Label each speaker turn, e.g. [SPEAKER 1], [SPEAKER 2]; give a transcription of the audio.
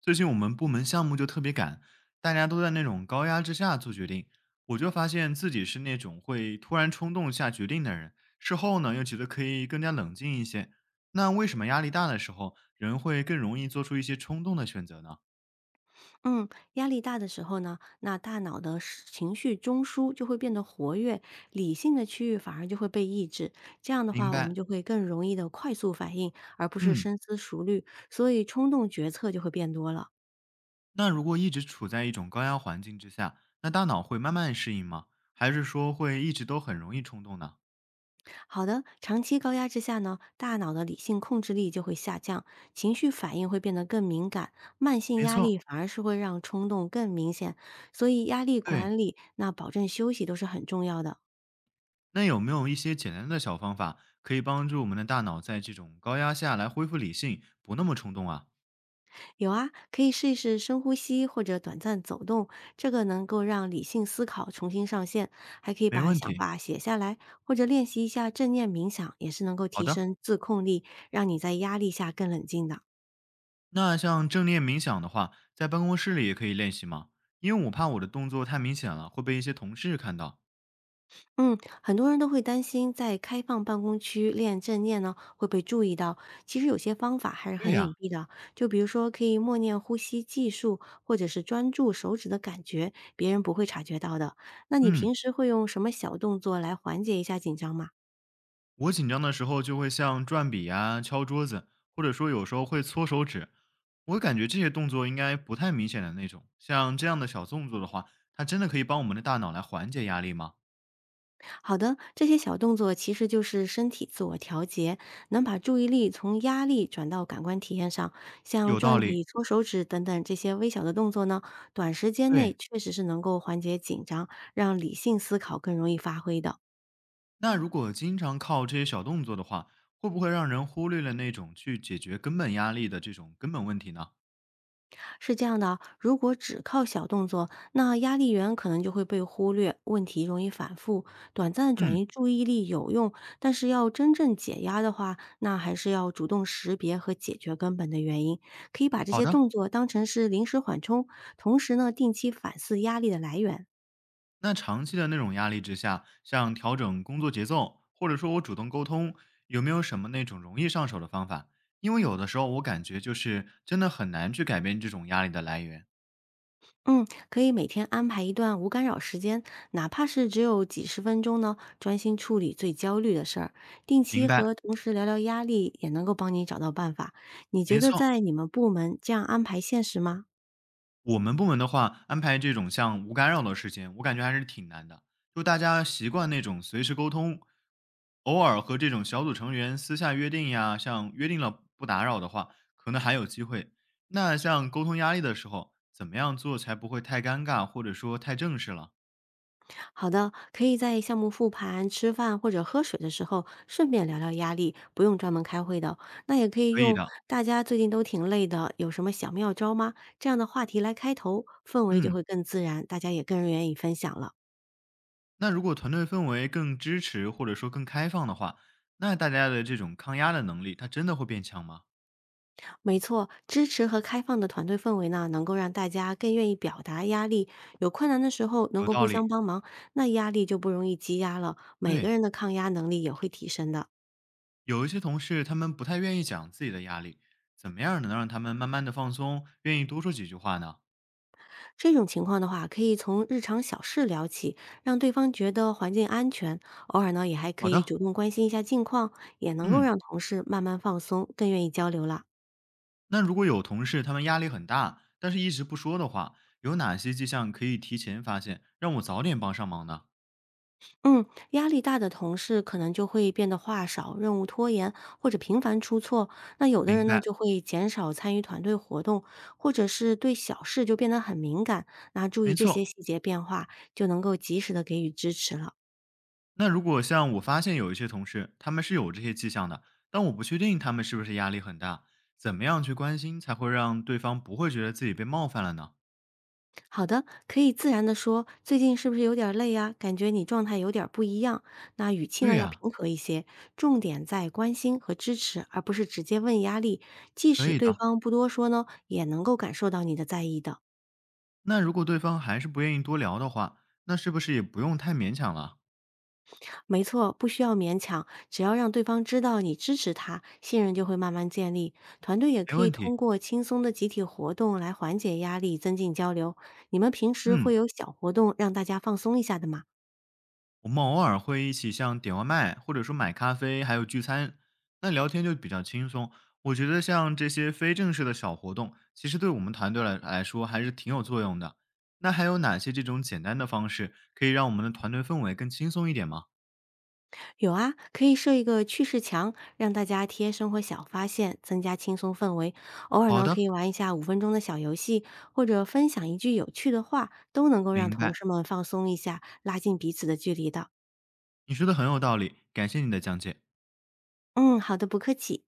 [SPEAKER 1] 最近我们部门项目就特别赶，大家都在那种高压之下做决定，我就发现自己是那种会突然冲动下决定的人，事后呢又觉得可以更加冷静一些。那为什么压力大的时候人会更容易做出一些冲动的选择呢？
[SPEAKER 2] 嗯，压力大的时候呢，那大脑的是情绪中枢就会变得活跃，理性的区域反而就会被抑制。这样的
[SPEAKER 1] 明
[SPEAKER 2] 话，我们
[SPEAKER 1] 白。
[SPEAKER 2] 就会更容易的快速反应，而不是
[SPEAKER 1] 嗯。
[SPEAKER 2] 深思熟虑，所以冲动决策就会变多了。
[SPEAKER 1] 那如果一直处在一种高压环境之下，那大脑会慢慢适应吗？还是说会一直都很容易冲动呢？
[SPEAKER 2] 好的，长期高压之下呢，大脑的理性控制力就会下降，情绪反应会变得更敏感，慢性
[SPEAKER 1] 没
[SPEAKER 2] 压
[SPEAKER 1] 错。
[SPEAKER 2] 力反而是会让冲动更明显。所以压力
[SPEAKER 1] 对，
[SPEAKER 2] 管理，那保证休息都是很重要的。
[SPEAKER 1] 那有没有一些简单的小方法，可以帮助我们的大脑在这种高压下来恢复理性，不那么冲动啊？
[SPEAKER 2] 有啊，可以试一试深呼吸或者短暂走动，这个能够让理性思考重新上线，还可以
[SPEAKER 1] 没
[SPEAKER 2] 把
[SPEAKER 1] 问
[SPEAKER 2] 想
[SPEAKER 1] 题。
[SPEAKER 2] 法写下来，或者练习一下正念冥想，也是能够
[SPEAKER 1] 好
[SPEAKER 2] 提
[SPEAKER 1] 的。
[SPEAKER 2] 升自控力，让你在压力下更冷静的。
[SPEAKER 1] 那像正念冥想的话，在办公室里也可以练习吗？因为我怕我的动作太明显了，会被一些同事看到。
[SPEAKER 2] 嗯，很多人都会担心在开放办公区练正念呢会被注意到。其实有些方法还是
[SPEAKER 1] 对
[SPEAKER 2] 很
[SPEAKER 1] 呀、
[SPEAKER 2] 隐蔽的，就比如说可以默念呼吸技术，或者是专注手指的感觉，别人不会察觉到的。那你
[SPEAKER 1] 嗯，
[SPEAKER 2] 平时会用什么小动作来缓解一下紧张吗？
[SPEAKER 1] 我紧张的时候就会像转笔呀、敲桌子，或者说有时候会搓手指。我感觉这些动作应该不太明显的那种。像这样的小动作的话，它真的可以帮我们的大脑来缓解压力吗？
[SPEAKER 2] 好的，这些小动作其实就是身体自我调节，能把注意力从压力转到感官体验上。像
[SPEAKER 1] 有
[SPEAKER 2] 转
[SPEAKER 1] 道理。
[SPEAKER 2] 笔、搓手指等等这些微小的动作呢，短时间内
[SPEAKER 1] 对，
[SPEAKER 2] 确实是能够缓解紧张，让理性思考更容易发挥的。
[SPEAKER 1] 那如果经常靠这些小动作的话，会不会让人忽略了那种去解决根本压力的这种根本问题呢？
[SPEAKER 2] 是这样的啊如果只靠小动作，那压力源可能就会被忽略，问题容易反复。短暂地转
[SPEAKER 1] 嗯。
[SPEAKER 2] 移注意力有用，但是要真正解压的话，那还是要主动识别和解决根本的原因。可以把这
[SPEAKER 1] 好
[SPEAKER 2] 些
[SPEAKER 1] 的。
[SPEAKER 2] 动作当成是临时缓冲，同时呢，定期反思压力的来源。
[SPEAKER 1] 那长期的那种压力之下，像调整工作节奏，或者说我主动沟通，有没有什么那种容易上手的方法？因为有的时候我感觉就是真的很难去改变这种压力的来源。
[SPEAKER 2] 嗯，可以每天安排一段无干扰时间，哪怕是只有几十分钟呢，专心处理最焦虑的事儿。定
[SPEAKER 1] 明
[SPEAKER 2] 期
[SPEAKER 1] 白。
[SPEAKER 2] 和同事聊聊压力，也能够帮你找到办法。你觉
[SPEAKER 1] 没
[SPEAKER 2] 得
[SPEAKER 1] 错。
[SPEAKER 2] 在你们部门这样安排现实吗？
[SPEAKER 1] 我们部门的话，安排这种像无干扰的时间，我感觉还是挺难的。就大家习惯那种随时沟通，偶尔和这种小组成员私下约定呀，像约定了不打扰的话，可能还有机会。那像沟通压力的时候，怎么样做才不会太尴尬，或者说太正式了？
[SPEAKER 2] 好的，可以在项目复盘、吃饭或者喝水的时候，顺便聊聊压力，不用专门开会的。那也可以
[SPEAKER 1] 可以
[SPEAKER 2] 用
[SPEAKER 1] 的。
[SPEAKER 2] “大家最近都挺累的，有什么小妙招吗？”这样的话题来开头，氛围就
[SPEAKER 1] 嗯。
[SPEAKER 2] 会更自然，大家也更愿意分享了。
[SPEAKER 1] 那如果团队氛围更支持或者说更开放的话，那大家的这种抗压的能力，它真的会变强吗？
[SPEAKER 2] 没错，支持和开放的团队氛围呢，能够让大家更愿意表达压力，有困难的时候能
[SPEAKER 1] 有
[SPEAKER 2] 够互
[SPEAKER 1] 道理。
[SPEAKER 2] 相帮忙，那压力就不容易积压了，每个
[SPEAKER 1] 对。
[SPEAKER 2] 人的抗压能力也会提升的。
[SPEAKER 1] 有一些同事，他们不太愿意讲自己的压力，怎么样能让他们慢慢的放松，愿意多说几句话呢？
[SPEAKER 2] 这种情况的话，可以从日常小事聊起，让对方觉得环境安全，偶尔呢也还可
[SPEAKER 1] 好
[SPEAKER 2] 以
[SPEAKER 1] 的。
[SPEAKER 2] 主动关心一下近况，也能够
[SPEAKER 1] 嗯。
[SPEAKER 2] 让同事慢慢放松，更愿意交流了。
[SPEAKER 1] 那如果有同事他们压力很大，但是一直不说的话，有哪些迹象可以提前发现，让我早点帮上忙呢？
[SPEAKER 2] 嗯，压力大的同事可能就会变得话少、任务拖延或者频繁出错。那有的
[SPEAKER 1] 明
[SPEAKER 2] 人呢，
[SPEAKER 1] 白。
[SPEAKER 2] 就会减少参与团队活动，或者是对小事就变得很敏感。那注意
[SPEAKER 1] 没
[SPEAKER 2] 这些细
[SPEAKER 1] 错。
[SPEAKER 2] 节变化，就能够及时的给予支持了。
[SPEAKER 1] 那如果像我发现有一些同事，他们是有这些迹象的，但我不确定他们是不是压力很大，怎么样去关心才会让对方不会觉得自己被冒犯了呢？
[SPEAKER 2] 好的，可以自然的说，最近是不是有点儿累呀、感觉你状态有点儿不一样。那语气
[SPEAKER 1] 对
[SPEAKER 2] 呢要
[SPEAKER 1] 呀、
[SPEAKER 2] 平和一些，重点在关心和支持，而不是直接问压力。即
[SPEAKER 1] 可
[SPEAKER 2] 使
[SPEAKER 1] 以
[SPEAKER 2] 对
[SPEAKER 1] 的。
[SPEAKER 2] 方不多说呢，也能够感受到你的在意的。
[SPEAKER 1] 那如果对方还是不愿意多聊的话，那是不是也不用太勉强了？
[SPEAKER 2] 没错，不需要勉强，只要让对方知道你支持他，信任就会慢慢建立。团队也
[SPEAKER 1] 没
[SPEAKER 2] 可以
[SPEAKER 1] 问题。
[SPEAKER 2] 通过轻松的集体活动来缓解压力，增进交流。你们平时会
[SPEAKER 1] 嗯，
[SPEAKER 2] 有小活动让大家放松一下的吗？
[SPEAKER 1] 我们偶尔会一起像点外卖，或者说买咖啡，还有聚餐，那聊天就比较轻松。我觉得像这些非正式的小活动，其实对我们团队来来说还是挺有作用的。那还有哪些这种简单的方式可以让我们的团队氛围更轻松一点吗？
[SPEAKER 2] 有啊，可以设一个趣事墙，让大家贴生活小发现，增加轻松氛围。偶尔
[SPEAKER 1] 好
[SPEAKER 2] 呢，
[SPEAKER 1] 的。
[SPEAKER 2] 可以玩一下5分钟的小游戏，或者分享一句有趣的话，都能够让
[SPEAKER 1] 明
[SPEAKER 2] 同
[SPEAKER 1] 白，
[SPEAKER 2] 事们放松一下，拉近彼此的距离的。
[SPEAKER 1] 你说的很有道理，感谢你的讲解。
[SPEAKER 2] 嗯，好的，不客气。